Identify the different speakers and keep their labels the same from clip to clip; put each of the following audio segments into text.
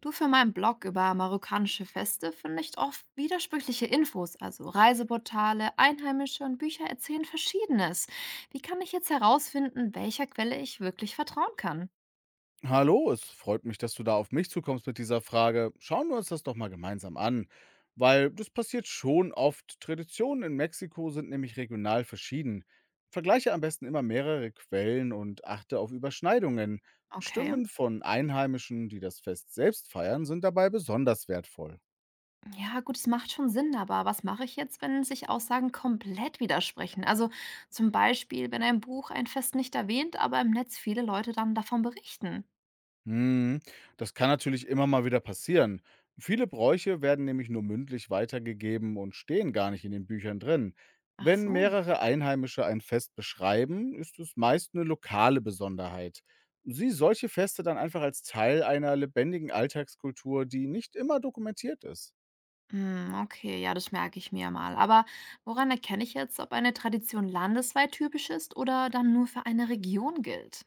Speaker 1: Du für meinen Blog über marokkanische Feste findest oft widersprüchliche Infos, also Reiseportale, Einheimische und Bücher erzählen Verschiedenes. Wie kann ich jetzt herausfinden, welcher Quelle ich wirklich vertrauen kann?
Speaker 2: Hallo, es freut mich, dass du da auf mich zukommst mit dieser Frage. Schauen wir uns das doch mal gemeinsam an, weil das passiert schon oft. Traditionen in Mexiko sind nämlich regional verschieden. Vergleiche am besten immer mehrere Quellen und achte auf Überschneidungen.
Speaker 1: Okay.
Speaker 2: Stimmen von Einheimischen, die das Fest selbst feiern, sind dabei besonders wertvoll.
Speaker 1: Ja, gut, es macht schon Sinn, aber was mache ich jetzt, wenn sich Aussagen komplett widersprechen? Also zum Beispiel, wenn ein Buch ein Fest nicht erwähnt, aber im Netz viele Leute dann davon berichten.
Speaker 2: Mhm. Das kann natürlich immer mal wieder passieren. Viele Bräuche werden nämlich nur mündlich weitergegeben und stehen gar nicht in den Büchern drin.
Speaker 1: Ach
Speaker 2: Wenn
Speaker 1: so.
Speaker 2: mehrere Einheimische ein Fest beschreiben, ist es meist eine lokale Besonderheit. Sieh solche Feste dann einfach als Teil einer lebendigen Alltagskultur, die nicht immer dokumentiert ist.
Speaker 1: Hm, okay, ja, das merke ich mir mal. Aber woran erkenne ich jetzt, ob eine Tradition landesweit typisch ist oder dann nur für eine Region gilt?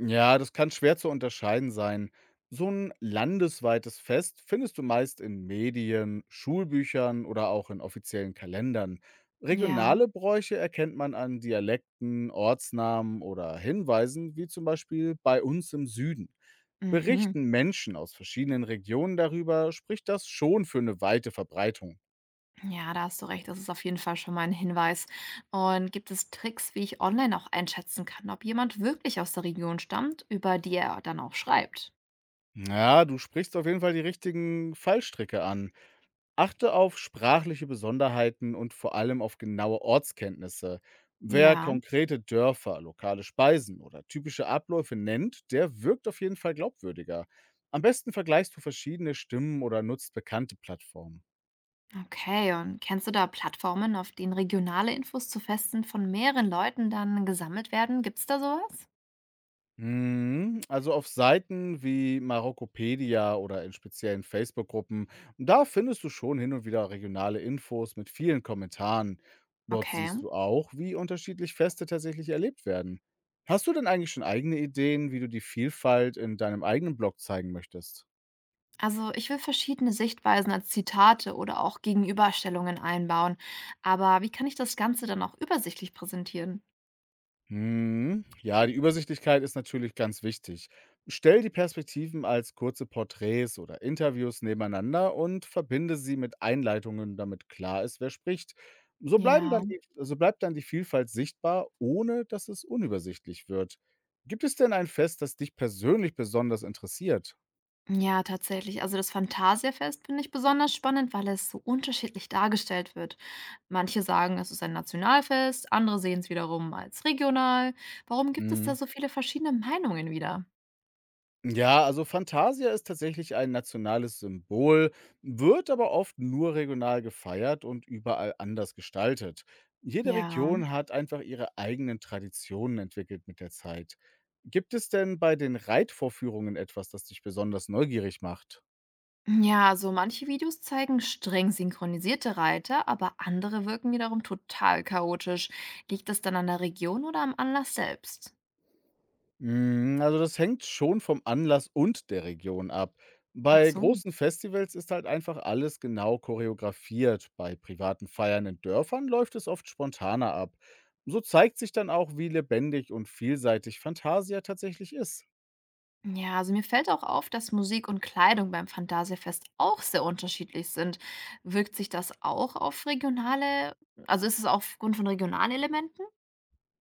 Speaker 2: Ja, das kann schwer zu unterscheiden sein. So ein landesweites Fest findest du meist in Medien, Schulbüchern oder auch in offiziellen Kalendern.
Speaker 1: Ja,
Speaker 2: Regionale Bräuche erkennt man an Dialekten, Ortsnamen oder Hinweisen, wie zum Beispiel bei uns im Süden.
Speaker 1: mhm.
Speaker 2: Berichten Menschen aus verschiedenen Regionen darüber, spricht das schon für eine weite Verbreitung.
Speaker 1: Ja, da hast du recht. Das ist auf jeden Fall schon mal ein Hinweis. Und gibt es Tricks, wie ich online auch einschätzen kann, ob jemand wirklich aus der Region stammt, über die er dann auch schreibt?
Speaker 2: Ja, du sprichst auf jeden Fall die richtigen Fallstricke an. Achte auf sprachliche Besonderheiten und vor allem auf genaue Ortskenntnisse. Wer
Speaker 1: Ja,
Speaker 2: konkrete Dörfer, lokale Speisen oder typische Abläufe nennt, der wirkt auf jeden Fall glaubwürdiger. Am besten vergleichst du verschiedene Stimmen oder nutzt bekannte Plattformen.
Speaker 1: okay. Und kennst du da Plattformen, auf denen regionale Infos zu Festen von mehreren Leuten dann gesammelt werden? Gibt es da sowas?
Speaker 2: Mhm, also auf Seiten wie Marokkopedia oder in speziellen Facebook-Gruppen, da findest du schon hin und wieder regionale Infos mit vielen Kommentaren. Dort
Speaker 1: Okay.
Speaker 2: siehst du auch, wie unterschiedlich Feste tatsächlich erlebt werden. Hast du denn eigentlich schon eigene Ideen, wie du die Vielfalt in deinem eigenen Blog zeigen möchtest?
Speaker 1: Also ich will verschiedene Sichtweisen als Zitate oder auch Gegenüberstellungen einbauen. Aber wie kann ich das Ganze dann auch übersichtlich präsentieren?
Speaker 2: Mhm. Ja, die Übersichtlichkeit ist natürlich ganz wichtig. Stell die Perspektiven als kurze Porträts oder Interviews nebeneinander und verbinde sie mit Einleitungen, damit klar ist, wer spricht. So, bleiben dann
Speaker 1: Ja,
Speaker 2: die, so bleibt dann die Vielfalt sichtbar, ohne dass es unübersichtlich wird. Gibt es denn ein Fest, das dich persönlich besonders interessiert?
Speaker 1: ja, tatsächlich. Also das Phantasiafest finde ich besonders spannend, weil es so unterschiedlich dargestellt wird. Manche sagen, es ist ein Nationalfest, andere sehen es wiederum als regional. Warum gibt es da so viele verschiedene Meinungen wieder?
Speaker 2: Ja, also Fantasia ist tatsächlich ein nationales Symbol, wird aber oft nur regional gefeiert und überall anders gestaltet. Jede
Speaker 1: Ja.
Speaker 2: Region hat einfach ihre eigenen Traditionen entwickelt mit der Zeit. Gibt es denn bei den Reitvorführungen etwas, das dich besonders neugierig macht?
Speaker 1: Ja, also manche Videos zeigen streng synchronisierte Reiter, aber andere wirken wiederum total chaotisch. Liegt das dann an der Region oder am Anlass selbst?
Speaker 2: Hm, also das hängt schon vom Anlass und der Region ab.
Speaker 1: Ach
Speaker 2: Bei
Speaker 1: so.
Speaker 2: großen Festivals ist halt einfach alles genau choreografiert. Bei privaten Feiern in Dörfern läuft es oft spontaner ab. So zeigt sich dann auch, wie lebendig und vielseitig Fantasia tatsächlich ist.
Speaker 1: Ja, also mir fällt auch auf, dass Musik und Kleidung beim Phantasiafest auch sehr unterschiedlich sind. Wirkt sich das auch auf regionale, also ist es aufgrund von regionalen Elementen?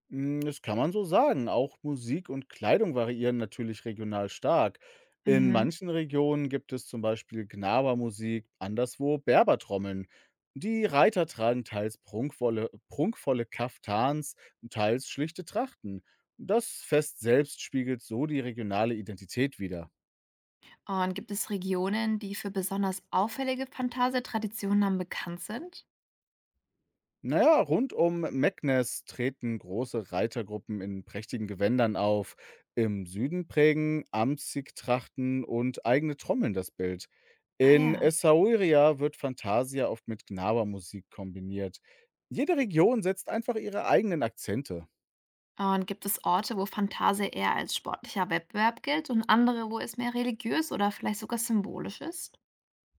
Speaker 2: Hm, das kann man so sagen. Auch Musik und Kleidung variieren natürlich regional stark. In
Speaker 1: Mhm.
Speaker 2: manchen Regionen gibt es zum Beispiel Gnabermusik, anderswo Berbertrommeln. Die Reiter tragen teils prunkvolle Kaftans, teils schlichte Trachten. Das Fest selbst spiegelt so die regionale Identität wider.
Speaker 1: Und gibt es Regionen, die für besonders auffällige Phantasiatraditionen dann bekannt sind?
Speaker 2: Naja, rund um Meknes treten große Reitergruppen in prächtigen Gewändern auf. Im Süden prägen Amtssiegtrachten und eigene Trommeln das Bild.
Speaker 1: Ah
Speaker 2: In
Speaker 1: ja.
Speaker 2: Essaouira wird Fantasia oft mit Gnawa-Musik kombiniert. Jede Region setzt einfach ihre eigenen Akzente.
Speaker 1: Und gibt es Orte, wo Fantasia eher als sportlicher Wettbewerb gilt und andere, wo es mehr religiös oder vielleicht sogar symbolisch ist?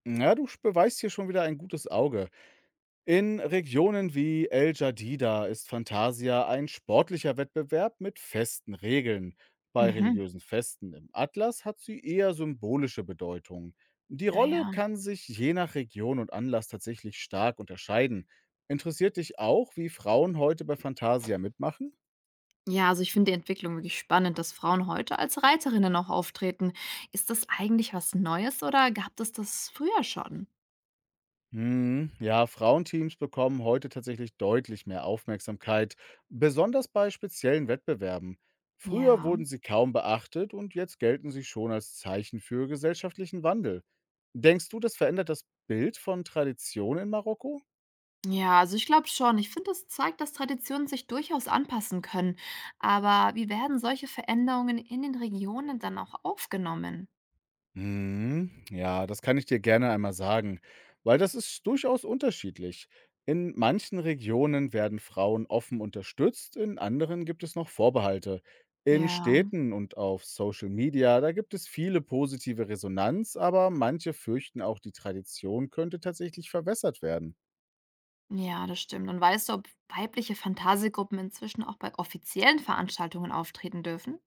Speaker 2: Ja, beweist hier schon wieder ein gutes Auge. In Regionen wie El Jadida ist Fantasia ein sportlicher Wettbewerb mit festen Regeln. Bei
Speaker 1: Mhm,
Speaker 2: religiösen Festen im Atlas hat sie eher symbolische Bedeutung. Die Rolle
Speaker 1: naja.
Speaker 2: kann sich je nach Region und Anlass tatsächlich stark unterscheiden. Interessiert dich auch, wie Frauen heute bei Fantasia mitmachen?
Speaker 1: Ja, ja, also ich finde die Entwicklung wirklich spannend, dass Frauen heute als Reiterinnen auch auftreten. Ist das eigentlich was Neues oder gab es das früher schon?
Speaker 2: Mhm. Ja, Frauenteams bekommen heute tatsächlich deutlich mehr Aufmerksamkeit, besonders bei speziellen Wettbewerben. Früher
Speaker 1: Ja,
Speaker 2: wurden sie kaum beachtet und jetzt gelten sie schon als Zeichen für gesellschaftlichen Wandel. Denkst du, das verändert das Bild von Tradition in Marokko?
Speaker 1: ja, also ich glaube schon. Ich finde, das zeigt, dass Traditionen sich durchaus anpassen können. Aber wie werden solche Veränderungen in den Regionen dann auch aufgenommen?
Speaker 2: Mhm. Ja, das kann ich dir gerne einmal sagen, weil das ist durchaus unterschiedlich. In manchen Regionen werden Frauen offen unterstützt, in anderen gibt es noch Vorbehalte. In
Speaker 1: Ja.
Speaker 2: Städten und auf Social Media, da gibt es viele positive Resonanz, aber manche fürchten auch, die Tradition könnte tatsächlich verwässert werden.
Speaker 1: Ja, das stimmt. Und weißt du, ob weibliche Fantasiegruppen inzwischen auch bei offiziellen Veranstaltungen auftreten dürfen?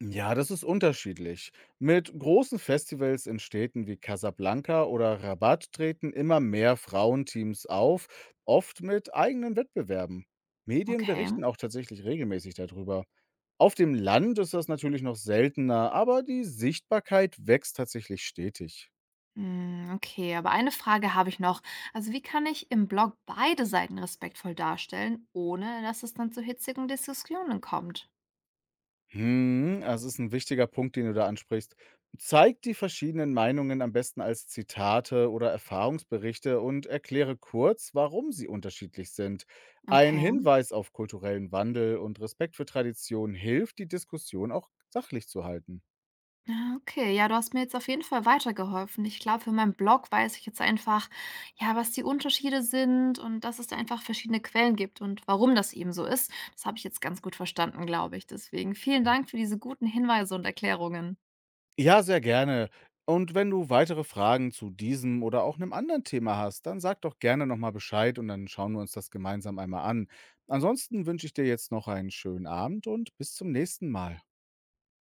Speaker 2: Ja, das ist unterschiedlich. Mit großen Festivals in Städten wie Casablanca oder Rabat treten immer mehr Frauenteams auf, oft mit eigenen Wettbewerben. Medien
Speaker 1: Okay.
Speaker 2: berichten auch tatsächlich regelmäßig darüber. Auf dem Land ist das natürlich noch seltener, aber die Sichtbarkeit wächst tatsächlich stetig.
Speaker 1: Hm, okay, aber eine Frage habe ich noch. Also, wie kann ich im Blog beide Seiten respektvoll darstellen, ohne dass es dann zu hitzigen Diskussionen kommt?
Speaker 2: Mhm, also ist ein wichtiger Punkt, den du da ansprichst. Zeig die verschiedenen Meinungen am besten als Zitate oder Erfahrungsberichte und erkläre kurz, warum sie unterschiedlich sind. Ein
Speaker 1: Okay.
Speaker 2: Hinweis auf kulturellen Wandel und Respekt für Tradition hilft, die Diskussion auch sachlich zu halten.
Speaker 1: Ah, okay. Ja, du hast mir jetzt auf jeden Fall weitergeholfen. Ich glaube, für meinen Blog weiß ich jetzt einfach, ja, was die Unterschiede sind und dass es da einfach verschiedene Quellen gibt und warum das eben so ist. Das habe ich jetzt ganz gut verstanden, glaube ich. Deswegen vielen Dank für diese guten Hinweise und Erklärungen.
Speaker 2: Ja, sehr gerne. Und wenn du weitere Fragen zu diesem oder auch einem anderen Thema hast, dann sag doch gerne nochmal Bescheid und dann schauen wir uns das gemeinsam einmal an. Ansonsten wünsche ich dir jetzt noch einen schönen Abend und bis zum nächsten Mal.